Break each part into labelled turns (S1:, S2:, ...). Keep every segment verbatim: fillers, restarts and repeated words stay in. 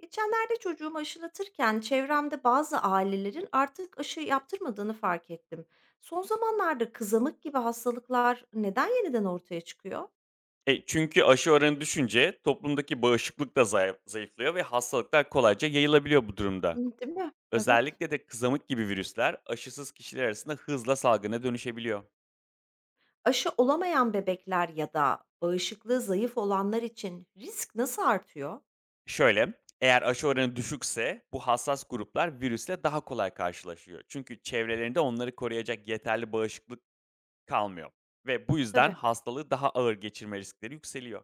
S1: Geçenlerde çocuğumu aşılatırken çevremde bazı ailelerin artık aşı yaptırmadığını fark ettim. Son zamanlarda kızamık gibi hastalıklar neden yeniden ortaya çıkıyor?
S2: E, çünkü aşı oranı düşünce toplumdaki bağışıklık da zayıf zayıflıyor ve hastalıklar kolayca yayılabiliyor bu durumda.
S1: Hı, değil mi? Evet.
S2: Özellikle de kızamık gibi virüsler aşısız kişiler arasında hızla salgına dönüşebiliyor.
S1: Aşı olamayan bebekler ya da bağışıklığı zayıf olanlar için risk nasıl artıyor?
S2: Şöyle, eğer aşı oranı düşükse bu hassas gruplar virüsle daha kolay karşılaşıyor. Çünkü çevrelerinde onları koruyacak yeterli bağışıklık kalmıyor ve bu yüzden
S1: Tabii.
S2: hastalığı daha ağır geçirme riskleri yükseliyor.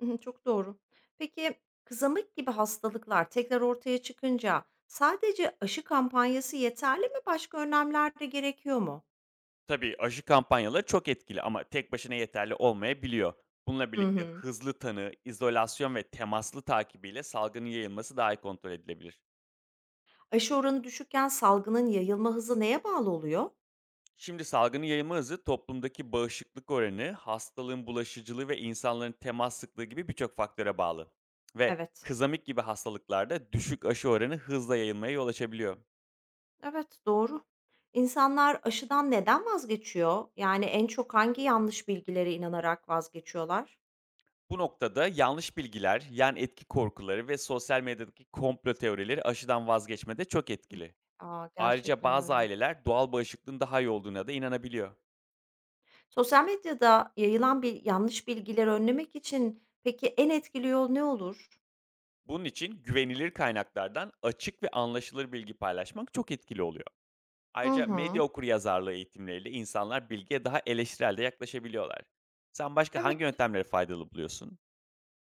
S1: Hı, çok doğru. Peki kızamık gibi hastalıklar tekrar ortaya çıkınca sadece aşı kampanyası yeterli mi? Başka önlemler de gerekiyor mu?
S2: Tabii, aşı kampanyaları çok etkili ama tek başına yeterli olmayabiliyor. Bununla
S1: Hı
S2: birlikte
S1: hı.
S2: hızlı tanı, izolasyon ve temaslı takibiyle salgının yayılması daha iyi kontrol edilebilir.
S1: Aşı oranı düşükken salgının yayılma hızı neye bağlı oluyor?
S2: Şimdi salgının yayılma hızı, toplumdaki bağışıklık oranı, hastalığın bulaşıcılığı ve insanların temas sıklığı gibi birçok faktöre bağlı. Ve
S1: Evet.
S2: kızamik gibi hastalıklarda düşük aşı oranı hızla yayılmaya yol açabiliyor.
S1: Evet, doğru. İnsanlar aşıdan neden vazgeçiyor? Yani en çok hangi yanlış bilgilere inanarak vazgeçiyorlar?
S2: Bu noktada yanlış bilgiler, yan etki korkuları ve sosyal medyadaki komplo teorileri aşıdan vazgeçmede çok etkili.
S1: Aa,
S2: Ayrıca
S1: gerçekten
S2: bazı
S1: öyle.
S2: aileler doğal bağışıklığın daha iyi olduğuna da inanabiliyor.
S1: Sosyal medyada yayılan bir yanlış bilgileri önlemek için peki en etkili yol ne olur?
S2: Bunun için güvenilir kaynaklardan açık ve anlaşılır bilgi paylaşmak çok etkili oluyor.
S1: Hı
S2: Ayrıca medya
S1: hı.
S2: okuryazarlığı eğitimleriyle insanlar bilgiye daha eleştirel de yaklaşabiliyorlar. Sen başka hangi
S1: Evet.
S2: yöntemleri faydalı buluyorsun?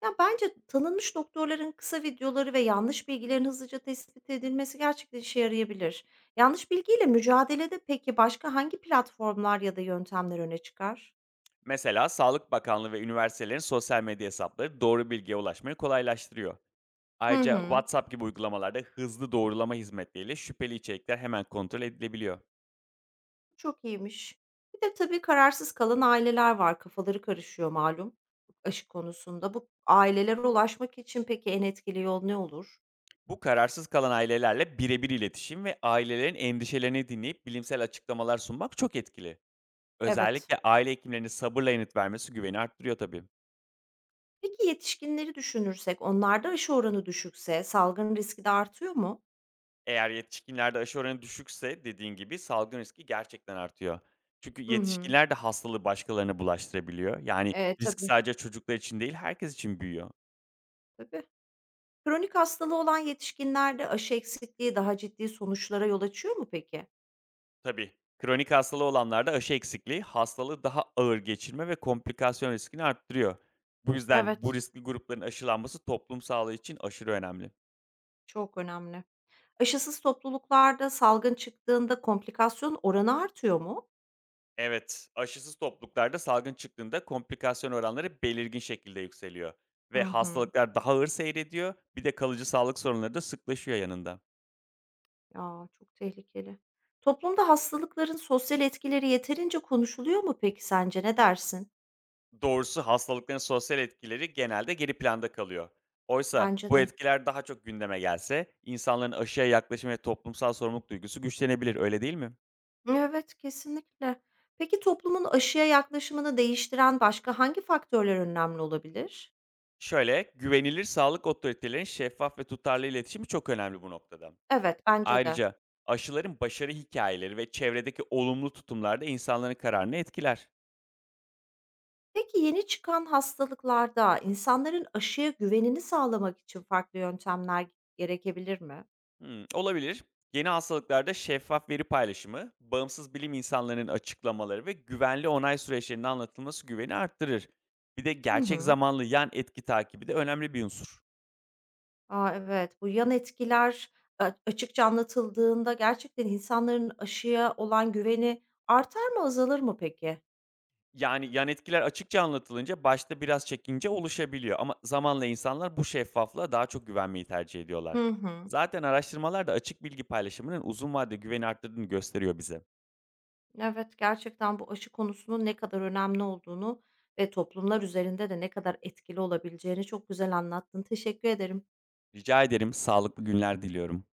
S1: Ya, bence tanınmış doktorların kısa videoları ve yanlış bilgilerin hızlıca tespit edilmesi gerçekten işe yarayabilir. Yanlış bilgiyle mücadelede peki başka hangi platformlar ya da yöntemler öne çıkar?
S2: Mesela Sağlık Bakanlığı ve üniversitelerin sosyal medya hesapları doğru bilgiye ulaşmayı kolaylaştırıyor.
S1: Hı
S2: Ayrıca
S1: hı.
S2: WhatsApp gibi uygulamalarda hızlı doğrulama hizmetleriyle şüpheli içerikler hemen kontrol edilebiliyor.
S1: Çok iyiymiş. Bir de tabii kararsız kalan aileler var. Kafaları karışıyor malum aşı konusunda. Bu ailelere ulaşmak için peki en etkili yol ne olur?
S2: Bu kararsız kalan ailelerle birebir iletişim ve ailelerin endişelerini dinleyip bilimsel açıklamalar sunmak çok etkili.
S1: Evet.
S2: Özellikle aile hekimlerinin sabırla yanıt vermesi güveni arttırıyor tabii.
S1: Peki yetişkinleri düşünürsek onlarda aşı oranı düşükse salgın riski de artıyor mu?
S2: Eğer yetişkinlerde aşı oranı düşükse dediğin gibi salgın riski gerçekten artıyor. Çünkü
S1: Hı hı.
S2: yetişkinler de hastalığı başkalarına bulaştırabiliyor. Yani
S1: E,
S2: risk
S1: tabii.
S2: sadece çocuklar için değil herkes için büyüyor.
S1: Tabii. Kronik hastalığı olan yetişkinlerde aşı eksikliği daha ciddi sonuçlara yol açıyor mu peki?
S2: Tabii. Kronik hastalığı olanlarda aşı eksikliği hastalığı daha ağır geçirme ve komplikasyon riskini arttırıyor. Bu yüzden bu
S1: Evet,
S2: riskli grupların aşılanması toplum sağlığı için aşırı önemli.
S1: çok önemli. Aşısız topluluklarda salgın çıktığında komplikasyon oranı artıyor mu?
S2: Evet, aşısız topluluklarda salgın çıktığında komplikasyon oranları belirgin şekilde yükseliyor
S1: Hı
S2: ve
S1: hı.
S2: hastalıklar daha ağır seyrediyor. Bir de kalıcı sağlık sorunları da sıklaşıyor yanında.
S1: Ya çok tehlikeli. Toplumda hastalıkların sosyal etkileri yeterince konuşuluyor mu peki sence? Ne dersin?
S2: Doğrusu hastalıkların sosyal etkileri genelde geri planda kalıyor. Oysa
S1: Bence
S2: bu
S1: de.
S2: etkiler daha çok gündeme gelse, insanların aşıya yaklaşımı ve toplumsal sorumluluk duygusu güçlenebilir, öyle değil mi?
S1: Evet, kesinlikle. Peki toplumun aşıya yaklaşımını değiştiren başka hangi faktörler önemli olabilir?
S2: Şöyle, güvenilir sağlık otoritelerinin şeffaf ve tutarlı iletişimi çok önemli bu noktada.
S1: Evet, bence de.
S2: Ayrıca aşıların başarı hikayeleri ve çevredeki olumlu tutumlar da insanların kararını etkiler.
S1: Peki yeni çıkan hastalıklarda insanların aşıya güvenini sağlamak için farklı yöntemler gerekebilir mi?
S2: Hımm, olabilir. Yeni hastalıklarda şeffaf veri paylaşımı, bağımsız bilim insanlarının açıklamaları ve güvenli onay süreçlerinin anlatılması güveni arttırır. Bir de
S1: Hı
S2: gerçek
S1: hı.
S2: zamanlı yan etki takibi de önemli bir unsur.
S1: A, evet, bu yan etkiler a açıkça anlatıldığında gerçekten insanların aşıya olan güveni artar mı, azalır mı peki?
S2: Yani yan etkiler açıkça anlatılınca başta biraz çekince oluşabiliyor ama zamanla insanlar bu şeffaflığa daha çok güvenmeyi tercih ediyorlar.
S1: Hı hı.
S2: Zaten araştırmalar da açık bilgi paylaşımının uzun vadede güveni arttırdığını gösteriyor bize.
S1: Evet, gerçekten bu aşı konusunun ne kadar önemli olduğunu ve toplumlar üzerinde de ne kadar etkili olabileceğini çok güzel anlattın. Teşekkür ederim.
S2: Rica ederim, sağlıklı günler diliyorum.